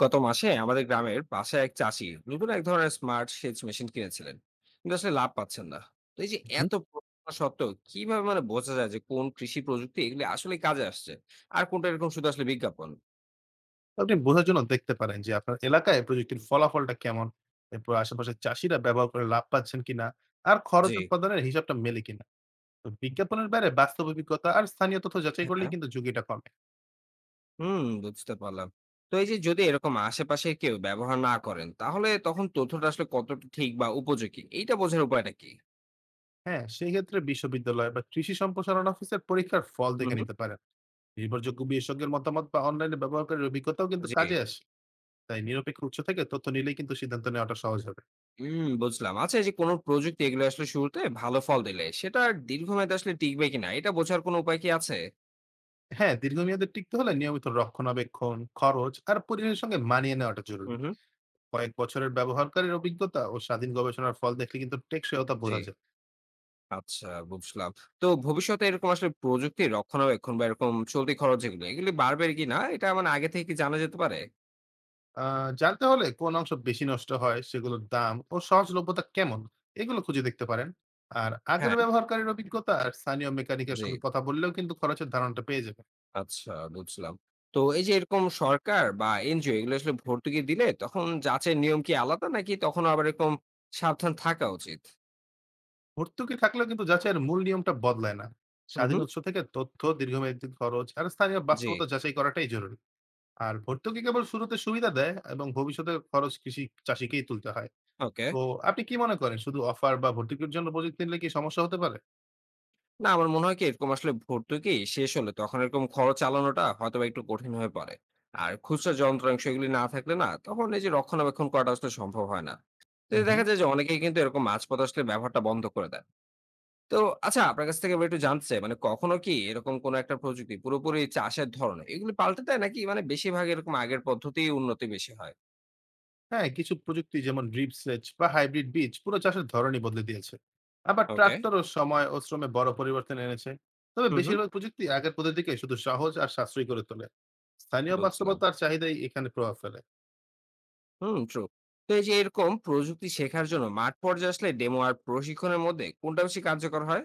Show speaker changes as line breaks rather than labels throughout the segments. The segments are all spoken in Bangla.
গত মাসে আমাদের গ্রামের পাশে এক চাষি নতুন এক ধরনের স্মার্ট সেচ মেশিন কিনেছিলেন, কিন্তু আসলে লাভ পাচ্ছেন না। তো এই যে
হুম।
এত প্রচেষ্টা সত্ত্বেও কিভাবে মানে বোঝা যায় যে কোন কৃষি প্রযুক্তি এগুলি আসলে কাজে আসছে আর কোনটা এরকম শুধু আসলে বিজ্ঞাপন?
আপনি বোঝার জন্য দেখতে পারেন যে আপনার এলাকায় প্রযুক্তির ফলাফলটা কেমন? এরপর আশেপাশের চাষীরা ব্যবহার করে লাভ পাচ্ছেন কিনা? আর খরচ
জি।
উৎপাদনের হিসাবটা মেলে কিনা? তো বিজ্ঞাপনের বাইরে বাস্তব অভিজ্ঞতা আর স্থানীয় তথ্য যাচাই করলেই
হ্যাঁ।
কিন্তু ঝুঁকিটা কমে।
হুম, বুঝতে পারলাম। তো এই যে যদি এরকম আশেপাশে কেউ ব্যবহার না করেন, তাহলে তখন তথ্যটা আসলে কতটা ঠিক বা উপযোগী এইটা বোঝার উপায়টা কি?
হ্যাঁ, সেক্ষেত্রে বিশ্ববিদ্যালয় বা কৃষি সম্প্রসারণ অফিসের পরীক্ষার ফল
হুম
দেখে
হুম।
নিতে পারেন। নির্ভরযোগ্য বিশেষজ্ঞের মতামত বা অনলাইনে ব্যবহারকারীর অভিজ্ঞতাও কিন্তু
জি।
কাজে আসে। তাই নিরপেক্ষ উৎস থেকে তথ্য নিলেই কিন্তু সিদ্ধান্ত নেওয়াটা সহজ হবে।
হুম, বুঝলাম। আচ্ছা, এই যে কোন প্রযুক্তি এগুলো আসলে শুরুতে ভালো ফল দিলে সেটা দীর্ঘমেয়াদে আসলে টিকবে কিনা এটা বোঝার কোনো উপায় কি আছে?
হ্যাঁ, দীর্ঘমেয়াদে টিকতে হলে নিয়মিত রক্ষণাবেক্ষণ, খরচ আর পরিবেশের সঙ্গে মানিয়ে নেওয়াটা
হুম
জরুরি।
হুম।
কয়েক বছরের ব্যবহারকারীর অভিজ্ঞতা ও স্বাধীন গবেষণার ফল দেখলে কিন্তু টেকসইতা
জি।
বোঝা যায়।
আচ্ছা, বুঝলাম। তো ভবিষ্যতে এরকম আসলে প্রযুক্তির রক্ষণাবেক্ষণ বা এরকম চলতি খরচ যেগুলো এগুলি বাড়বে কিনা এটা মানে আগে থেকে কি জানা যেতে পারে?
জানতে হলে কোন অংশ বেশি নষ্ট হয়, সেগুলোর দাম ও সহজলভ্যতা কেমন, এগুলো খুঁজে দেখতে পারেন। আর আগের
হ্যাঁ।
ব্যবহারকারীর অভিজ্ঞতা আর স্থানীয় মেকানিকের
জি।
সঙ্গে কথা বললেও কিন্তু খরচের ধারণাটা পেয়ে যাবে।
আচ্ছা, বুঝলাম। তো এই যে এরকম সরকার বা এনজিও এগুলো আসলে ভর্তুকি দিলে তখন যাচাইয়ের নিয়ম কি আলাদা নাকি তখন আবার এরকম সাবধান থাকা উচিত?
ভর্তুকি থাকলেও কিন্তু যাচাইয়ের মূল নিয়মটা বদলায় না।
হুম
স্বাধীন
হুম।
উৎস থেকে তথ্য, দীর্ঘমেয়াদী খরচ আর স্থানীয়
জি।
বাস্তবতা যাচাই করাটাই জরুরি। আর ভর্তুকি কেবল শুরুতে সুবিধা দেয়, এবং ভবিষ্যতে খরচ কৃষি চাষিকেই তুলতে হয়।
ওকে।
তো আপনি কি মনে করেন শুধু অফার বা ভর্তুকির জন্য প্রযুক্তি নিলে কি সমস্যা হতে পারে?
না, আমার মনে হয় কি এরকম আসলে ভর্তুকি শেষ হলে তখন এরকম খরচ চালানোটা হয়তো বা একটু কঠিন হয়ে পড়ে। আর খুচরা যন্ত্রাংশ এগুলি না থাকলে না তখন এই যে রক্ষণাবেক্ষণ করাটা আসলে সম্ভব হয় না। তো
হুম
এতে
হুম।
দেখা যায় যে অনেকেই কিন্তু এরকম মাঝপথে আসলে ব্যবহারটা বন্ধ করে দেয়। তো আচ্ছা, আপনার কাছ থেকে আমি একটু জানতে চাই, মানে কখনো কি এরকম কোন একটা প্রযুক্তি পুরোপুরি চাষের ধরন এগুলি পাল্টে দেয় নাকি মানে বেশিরভাগ এরকম আগের পদ্ধতি উন্নতি বেশি হয়?
হ্যাঁ, কিছু প্রযুক্তি যেমন ড্রিপ সেচ বা হাইব্রিড বীজ পুরো চাষের ধরনই বদলে দিয়েছে। আবার
ওকে।
ট্রাক্টরও সময় ও শ্রমে বড় পরিবর্তন এনেছে। তবে
হুম হুম।
বেশিরভাগ প্রযুক্তি আগের পদ্ধতিকে শুধু সহজ আর সাশ্রয়ী করে তোলে। স্থানীয়
বুঝলাম।
বাস্তবতা আর চাহিদাই এখানে প্রভাব ফেলে।
Hmm, true. তো এই যে এরকম প্রযুক্তি শেখার জন্য মাঠ পর্যায়ে আসলে ডেমো আর প্রশিক্ষণের মধ্যে কোনটা বেশি কার্যকর হয়?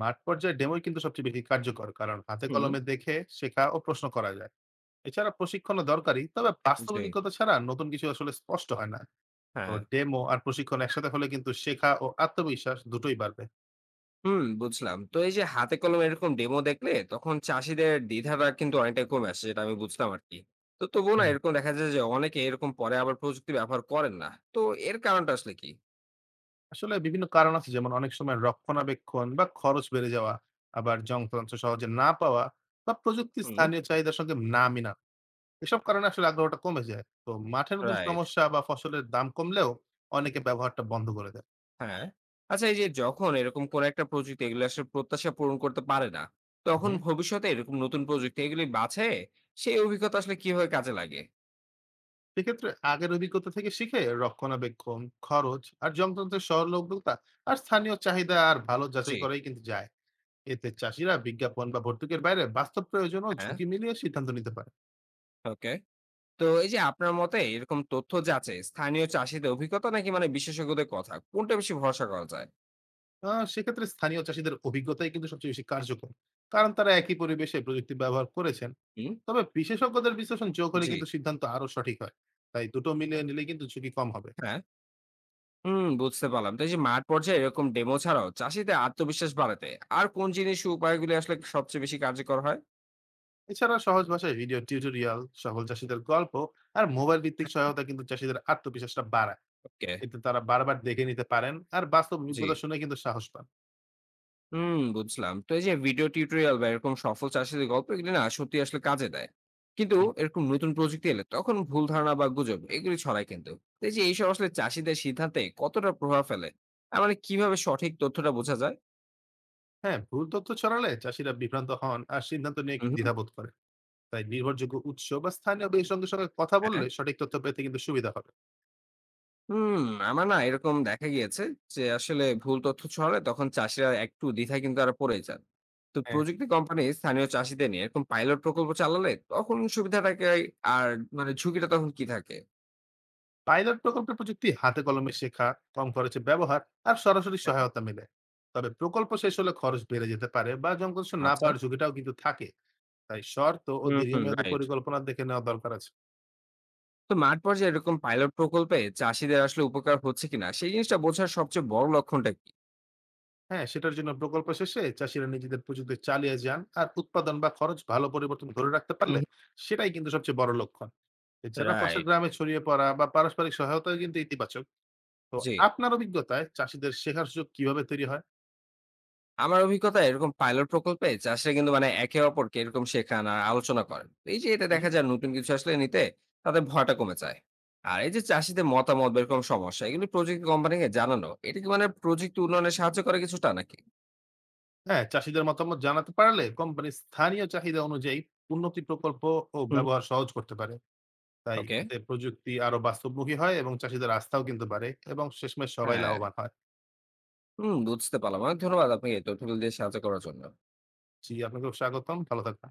মাঠ পর্যায়ে ডেমোই কিন্তু সবচেয়ে বেশি কার্যকর। কারণ হাতে
হুম।
কলমে দেখে শেখা ও প্রশ্ন করা যায়। এছাড়া প্রশিক্ষণও দরকারি। তবে বাস্তব
জি।
অভিজ্ঞতা ছাড়া নতুন কিছু আসলে স্পষ্ট হয় না। তো
হ্যাঁ।
ডেমো আর প্রশিক্ষণ একসাথে হলে কিন্তু শেখা ও আত্মবিশ্বাস দুটোই বাড়বে।
হুম, বুঝলাম। তো এই যে হাতে কলমে এরকম ডেমো দেখলে তখন চাষিদের দ্বিধাটা কিন্তু অনেকটা কমে আসে, যেটা আমি বুঝতাম আর কি। তো তবুও না
হুম।
এরকম দেখা যায় যে অনেকে এরকম পরে আবার প্রযুক্তি ব্যবহার করেন না। তো এর কারণটা আসলে কি?
আসলে বিভিন্ন কারণ আছে, যেমন অনেক সময় রক্ষণাবেক্ষণ বা খরচ বেড়ে যাওয়া, আবার যন্ত্রাংশ সহজে না পাওয়া বা প্রযুক্তির
হুম।
স্থানীয় চাহিদার সঙ্গে না মেলা। এসব কারণে আসলে আগ্রহটা কমে যায়। তো মাঠে নতুন
রাইট।
সমস্যা বা ফসলের দাম কমলেও অনেকে ব্যবহারটা বন্ধ করে দেয়।
হ্যাঁ। আচ্ছা, এই যে যখন এরকম কোন একটা প্রযুক্তি এগুলো আসলে প্রত্যাশা পূরণ করতে পারে না, তখন
হুম।
ভবিষ্যতে এরকম নতুন প্রযুক্তি এগুলি বাছাইয়ে সেই অভিজ্ঞতা আসলে কিভাবে কাজে লাগে?
সেক্ষেত্রে আগের অভিজ্ঞতা থেকে শিখে রক্ষণাবেক্ষণ, খরচ আর যন্ত্রাংশের সহলভ্যতা আর স্থানীয় চাহিদা আর ভালো
জি।
যাচাই করাই কিন্তু যায়। এতে চাষিরা বিজ্ঞাপন বা ভর্তুকির বাইরে বাস্তব প্রয়োজন ও
হ্যাঁ।
ঝুঁকি মিলিয়ে সিদ্ধান্ত নিতে পারে।
ওকে। তো এই যে আপনার মতে এরকম তথ্য যাচাই স্থানীয় চাষীদের অভিজ্ঞতা নাকি মানে বিশেষজ্ঞদের কথা কোনটা বেশি ভরসা করা যায়?
সেক্ষেত্রে স্থানীয় চাষীদের অভিজ্ঞতাই কিন্তু সবচেয়ে বেশি কার্যকর। কারণ তারা একই পরিবেশে প্রযুক্তি ব্যবহার করেছেন।
হুম।
তবে বিশেষজ্ঞদের বিশ্লেষণ যোগ হলে
জি।
কিন্তু সিদ্ধান্ত আরো সঠিক হয়। তাই দুটো মিলিয়ে নিলে কিন্তু ঝুঁকি কম হবে।
হ্যাঁ। হুম, বুঝতে পারলাম। তো এই যে মাঠ পর্যায়ে এরকম ডেমো ছাড়াও চাষীদের আত্মবিশ্বাস বাড়াতে আর কোন জিনিস উপায়গুলি আসলে সবচেয়ে বেশি কার্যকর হয়?
এছাড়া সহজ ভাষায় ভিডিও টিউটোরিয়াল, সফল চাষীদের গল্প আর মোবাইল ভিত্তিক
হ্যাঁ।
সহায়তা কিন্তু চাষীদের আত্মবিশ্বাসটা বাড়ায়।
ওকে।
এতে তারা বারবার দেখে নিতে পারেন আর বাস্তব
জি।
অভিজ্ঞতা শুনে কিন্তু সাহস পান।
হুম, বুঝলাম। তো এই যে ভিডিও টিউটোরিয়াল বা এরকম সফল চাষীদের গল্প এগুলি না সত্যি আসলে কাজে দেয়, কিন্তু
জি।
এরকম নতুন প্রযুক্তি এলে তখন ভুল ধারণা বা গুজব এগুলি ছড়ায় কিন্তু। তো এই যে এইসব আসলে চাষীদের সিদ্ধান্তে কতটা প্রভাব ফেলে আর মানে কিভাবে সঠিক তথ্যটা বোঝা যায়?
হ্যাঁ, ভুল তথ্য ছড়ালে চাষিরা বিভ্রান্ত হন আর সিদ্ধান্ত নিয়ে একটু
হুম হুম।
দ্বিধাবোধ করে। তাই নির্ভরযোগ্য উৎস বা স্থানীয় বিশেষজ্ঞের সঙ্গে কথা
হ্যাঁ।
বললে সঠিক তথ্য পেতে কিন্তু সুবিধা হবে।
হুম। আমার না এরকম দেখা গিয়েছে যে আসলে ভুল তথ্য ছড়ালে তখন চাষিরা একটু দ্বিধায় কিন্তু তারা পড়ে যান। তো
হ্যাঁ।
প্রযুক্তি কোম্পানি স্থানীয় চাষীদের নিয়ে এরকম পাইলট প্রকল্প চালালে তখন সুবিধাটাকে আর মানে ঝুঁকিটা তখন কি থাকে?
পাইলট প্রকল্পের প্রযুক্তি হাতে কলমে শেখা, কম খরচে ব্যবহার আর সরাসরি
হ্যাঁ।
সহায়তা মেলে। তবে প্রকল্প শেষ হলে খরচ বেড়ে যেতে পারে বা যন্ত্রাংশ না
আচ্ছা।
পাওয়ার ঝুঁকিটাও কিন্তু থাকে। তাই শর্ত ও
হুম,
দীর্ঘমেয়াদী
রাইট।
পরিকল্পনা দেখে নেওয়া দরকার আছে।
তো মাঠ পর্যায়ে এরকম পাইলট প্রকল্পে চাষীদের আসলে উপকার হচ্ছে কিনা সেই জিনিসটা বোঝার সবচেয়ে বড় লক্ষণটা কি?
হ্যাঁ, সেটার জন্য প্রকল্প শেষে চাষিরা নিজেদের প্রযুক্তি চালিয়ে যান আর উৎপাদন বা খরচ ভালো পরিবর্তন ধরে রাখতে পারলে
উহু।
সেটাই কিন্তু সবচেয়ে বড় লক্ষণ। এছাড়া পাশের
রাইট।
গ্রামে ছড়িয়ে পড়া বা পারস্পরিক সহায়তা কিন্তু ইতিবাচক। তো
জি।
আপনার অভিজ্ঞতায় চাষীদের শেখার সুযোগ কিভাবে তৈরি হয়?
আমার অভিজ্ঞতায় এরকম পাইলট প্রকল্পে চাষীরা কিন্তু মানে একে অপরকে এরকম শেখান আর আলোচনা করেন। এই যে এটা
হুম।
দেখা যায় নতুন কিছু আসলে নিতে তাদের ভয়টা কমে যায়। আর এই যে চাষীদের মতামত বা এরকম সমস্যা এগুলো প্রযুক্তি কোম্পানিকে জানানো এটা কি মানে প্রযুক্তি উন্নয়নে সাহায্য করে কিছুটা নাকি?
হ্যাঁ, চাষীদের মতামত জানাতে পারলে কোম্পানি স্থানীয় চাহিদা অনুযায়ী উন্নতি প্রকল্প ও
হুম।
ব্যবহার সহজ করতে পারে। তাই
ওকে।
এতে প্রযুক্তি আরো বাস্তবমুখী হয় এবং চাষীদের আস্থাও কিন্তু বাড়ে এবং শেষমেশ সবাই
হ্যাঁ।
লাভবান হয়।
হুম, বুঝতে পারলাম। অনেক ধন্যবাদ আপনাকে এই তথ্যগুলো দিয়ে সাহায্য করার জন্য।
জি, আপনাকেও স্বাগতম। ভালো থাকবেন।